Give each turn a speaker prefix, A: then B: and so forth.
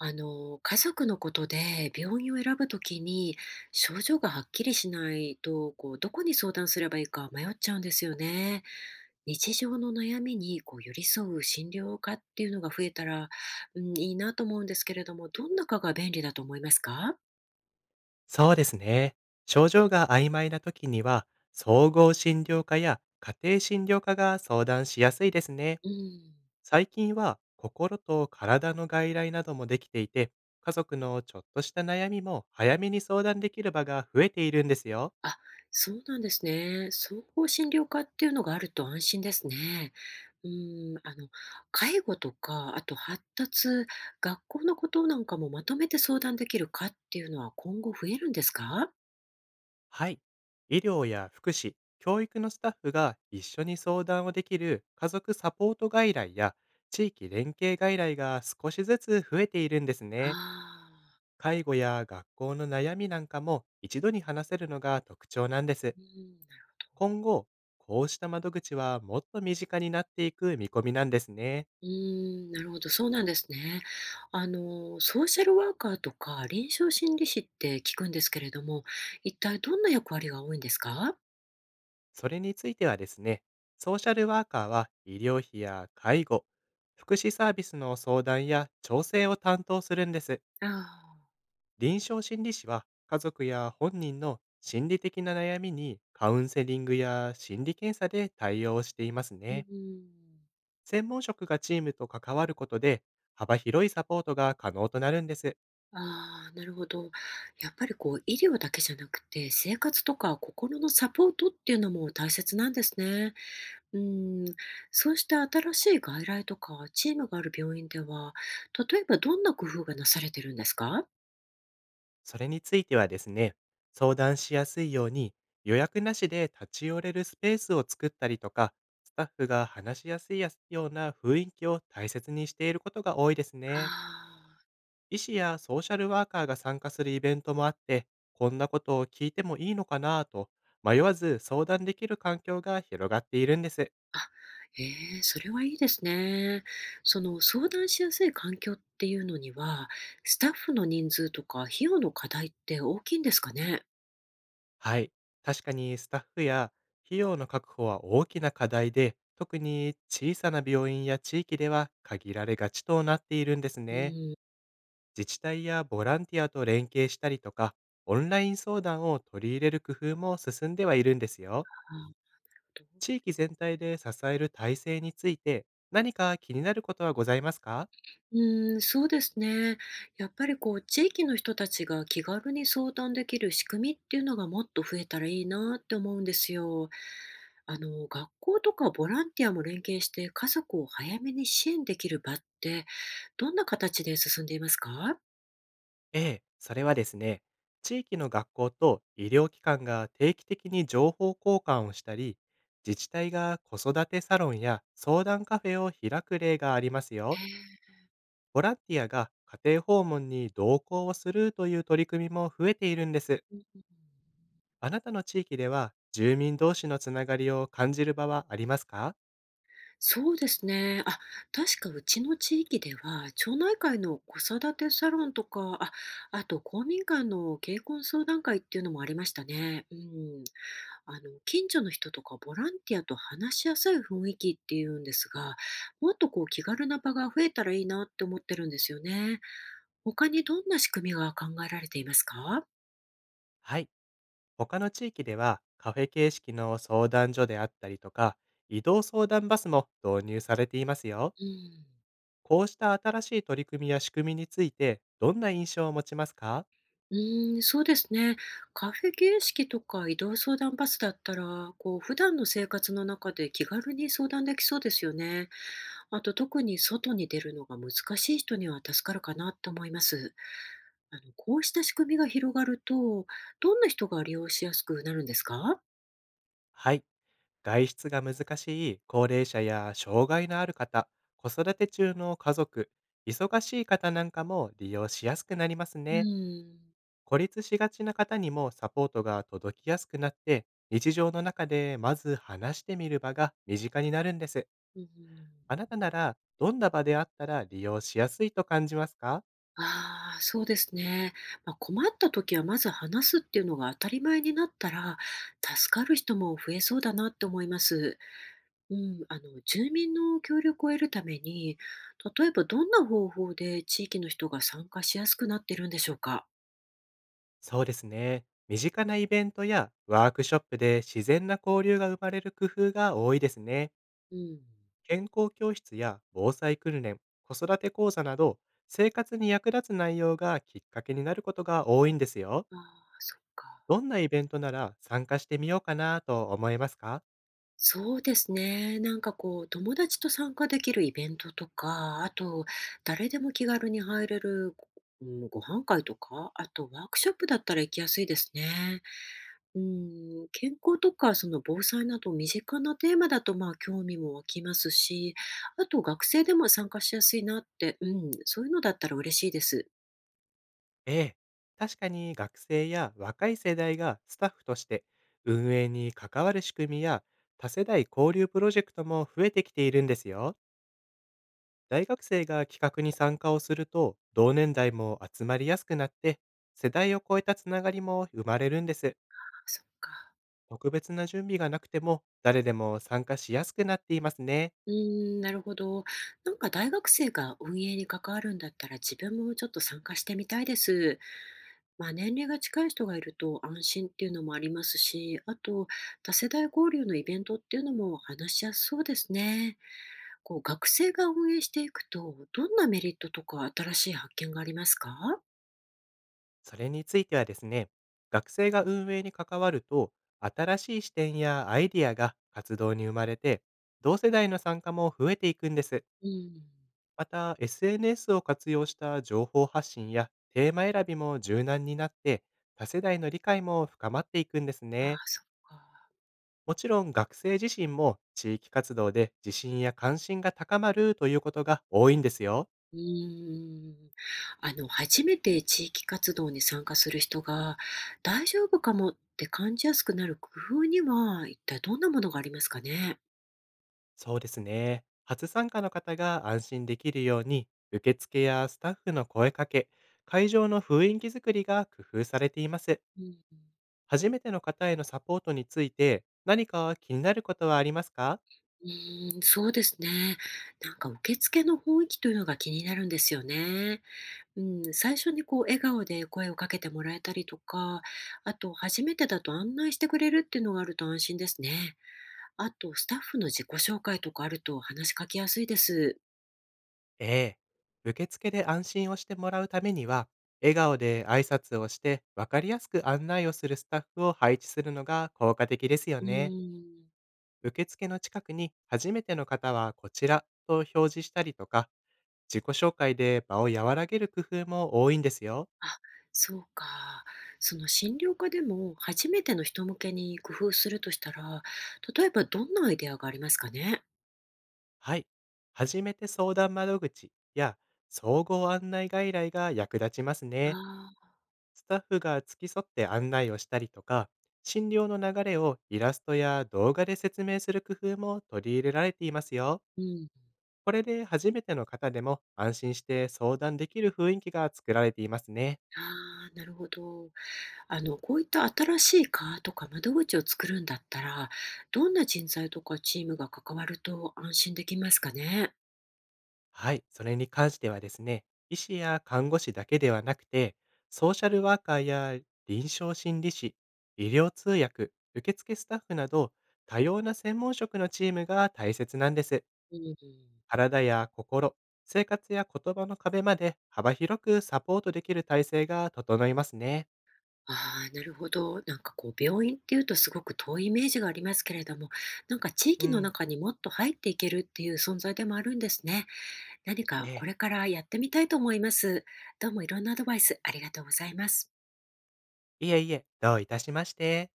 A: 家族のことで病院を選ぶときに症状がはっきりしないと、どこに相談すればいいか迷っちゃうんですよね。日常の悩みに寄り添う診療科っていうのが増えたら、うん、いいなと思うんですけれども、どんな科が便利だと思いますか。
B: そうですね。症状が曖昧な時には、総合診療科や家庭診療科が相談しやすいですね。
A: うん。
B: 最近は心と体の外来などもできていて、家族のちょっとした悩みも早めに相談できる場が増えているんですよ。
A: あ、そうなんですね。総合診療科っていうのがあると安心ですね。うん、あの、介護とか、あと発達、学校のことなんかもまとめて相談できるかっていうのは今後増えるんですか？
B: はい。医療や福祉、教育のスタッフが一緒に相談をできる家族サポート外来や地域連携外来が少しずつ増えているんですね。
A: あ
B: 介護や学校の悩みなんかも一度に話せるのが特徴なんです。
A: あー。
B: 今後、こうした窓口はもっと身近になっていく見込みなんですね。
A: なるほど、そうなんですね。ソーシャルワーカーとか臨床心理士って聞くんですけれども、一体どんな役割が多いんですか？
B: それについてはですね、ソーシャルワーカーは医療費や介護、福祉サービスの相談や調整を担当するんです。
A: あ
B: 臨床心理士は家族や本人の心理的な悩みにカウンセリングや心理検査で対応しています
A: あー。
B: ね。
A: うん。
B: 専門職がチームと関わることで、幅広いサポートが可能となるんです。
A: ああ、なるほど。やっぱりこう、医療だけじゃなくて、生活とか心のサポートっていうのも大切なんですね。うん、そうした新しい外来とかチームがある病院では、例えばどんな工夫がなされてるんですか？
B: それについてはですね、相談しやすいように予約なしで立ち寄れるスペースを作ったりとか、スタッフが話しやすいような雰囲気を大切にしていることが多いですね。
A: あ
B: 医師やソーシャルワーカーが参加するイベントもあって、こんなことを聞いてもいいのかなぁと、迷わず相談できる環境が広がっているんです。
A: あ、あ、ええ、それはいいですね。その相談しやすい環境っていうのには、スタッフの人数とか費用の課題って大きいんですかね？
B: はい。確かにスタッフや費用の確保は大きな課題で、特に小さな病院や地域では限られがちとなっているんです
A: う
B: ね。
A: ん、
B: 自治体やボランティアと連携したりとか、オンライン相談を取り入れる工夫も進んではいるんですよ。
A: あー。
B: 地域全体で支える体制について、何か気になることはございますか？
A: うそうですね。やっぱりこう、地域の人たちが気軽に相談できる仕組みっていうのがもっと増えたらいいなって思うんですよ。学校とかボランティアも連携して家族を早めに支援できる場って、どんな形で進んでいますか。
B: ええ、それはですね、地域の学校と医療機関が定期的に情報交換をしたり、自治体が子育てサロンや相談カフェを開く例があります
A: え
B: よ。
A: ー。
B: ボランティアが家庭訪問に同行をするという取り組みも増えているんです。あなたの地域では住民同士のつながりを感じる場はありますか？
A: そうですね。あ、確かうちの地域では、町内会の子育てサロンとか、あ、あと公民館の結婚相談会っていうのもありましたね。うん。近所の人とかボランティアと話しやすい雰囲気っていうんですが、もっとこう気軽な場が増えたらいいなって思ってるんですよね。他にどんな仕組みが考えられていますか。
B: はい。他の地域ではカフェ形式の相談所であったりとか、移動相談バスも導入されていますよ。
A: うん。
B: こうした新しい取り組みや仕組みについて、どんな印象を持ちますか？
A: そうですね。カフェ形式とか移動相談バスだったら、普段の生活の中で気軽に相談できそうですよね。あと、特に外に出るのが難しい人には助かるかなと思います。こうした仕組みが広がると、どんな人が利用しやすくなるんですか？
B: はい。外出が難しい高齢者や障害のある方、子育て中の家族、忙しい方なんかも利用しやすくなります
A: う
B: ね。
A: ん。
B: 孤立しがちな方にもサポートが届きやすくなって、日常の中でまず話してみる場が身近になるんです。
A: うん。
B: あなたならどんな場であったら利用しやすいと感じますか？
A: ああ、そうですね。まあ、困った時はまず話すっていうのが当たり前になったら、助かる人も増えそうだなって思います。住民の協力を得るために、例えばどんな方法で地域の人が参加しやすくなってるんでしょうか？
B: そうですね。身近なイベントやワークショップで自然な交流が生まれる工夫が多いですね。
A: うん。
B: 健康教室や防災訓練、子育て講座など、生活に役立つ内容がきっかけになることが多いんですよ。
A: ああ、そっか。
B: どんなイベントなら参加してみようかなと思いますか？
A: そうですね。友達と参加できるイベントとか、あと、誰でも気軽に入れる、うん、ご飯会とか、あとワークショップだったら行きやすいですね。うん、健康とかその防災など身近なテーマだとまあ興味も湧きますし、あと学生でも参加しやすいなって、そういうのだったら嬉しいです。
B: ええ。確かに学生や若い世代がスタッフとして運営に関わる仕組みや多世代交流プロジェクトも増えてきているんですよ。大学生が企画に参加をすると、同年代も集まりやすくなって、世代を超えたつながりも生まれるんです。
A: あ、そっか。
B: 特別な準備がなくても、誰でも参加しやすくなっていますね。
A: うーん、なるほど。なんか大学生が運営に関わるんだったら自分もちょっと参加してみたいです。まあ、年齢が近い人がいると安心っていうのもありますし、あと多世代交流のイベントっていうのも話しやすそうですね。学生が運営していくと、どんなメリットとか新しい発見がありますか。
B: それについてはですね、学生が運営に関わると、新しい視点やアイディアが活動に生まれて、同世代の参加も増えていくんです。
A: うん。
B: また、SNS を活用した情報発信やテーマ選びも柔軟になって、多世代の理解も深まっていくんです
A: ああ、
B: ね。
A: そっか。
B: もちろん学生自身も地域活動で自信や関心が高まるということが多いんですよ。
A: うーん。初めて地域活動に参加する人が大丈夫かもって感じやすくなる工夫には一体どんなものがありますかね。
B: そうですね。初参加の方が安心できるように、受付やスタッフの声かけ、会場の雰囲気作りが工夫されています。
A: うん。
B: 初めての方へのサポートについて何か気になることはありますか？
A: うーん、そうですね。なんか受付の雰囲気というのが気になるんですよね。うん、最初に笑顔で声をかけてもらえたりとか、あと初めてだと案内してくれるっていうのがあると安心ですね。あとスタッフの自己紹介とかあると話しかけやすいです。
B: ええ。受付で安心をしてもらうためには、笑顔で挨拶をして分かりやすく案内をするスタッフを配置するのが効果的ですよ
A: う
B: ね。
A: ーん。
B: 受付の近くに初めての方はこちらと表示したりとか、自己紹介で場を和らげる工夫も多いんですよ。
A: あ、そうか。その診療科でも初めての人向けに工夫するとしたら、例えばどんなアイデアがありますかね。
B: はい。初めて相談窓口や総合案内外来が役立ちますね。
A: ああ
B: スタッフが付き添って案内をしたりとか、診療の流れをイラストや動画で説明する工夫も取り入れられていますよ。
A: ー。うん。
B: これで初めての方でも安心して相談できる雰囲気が作られていますね。
A: ああ、なるほど。こういった新しい課とか窓口を作るんだったら、どんな人材とかチームが関わると安心できますかね？
B: はい、それに関してはですね、医師や看護師だけではなくて、ソーシャルワーカーや臨床心理士、医療通訳、受付スタッフなど、多様な専門職のチームが大切なんです。
A: うん。
B: 体や心、生活や言葉の壁まで幅広くサポートできる体制が整いますね。
A: ああ、なるほど。なんかこう病院っていうとすごく遠いイメージがありますけれども、なんか地
B: う
A: 域の
B: ん。
A: 中にもっと入っていけるっていう存在でもあるんですね。何か
B: え
A: こ
B: え。
A: れからやってみたいと思います。どうもいろんなアドバイスありがとうございます。
B: いえいえ、どういたしまして。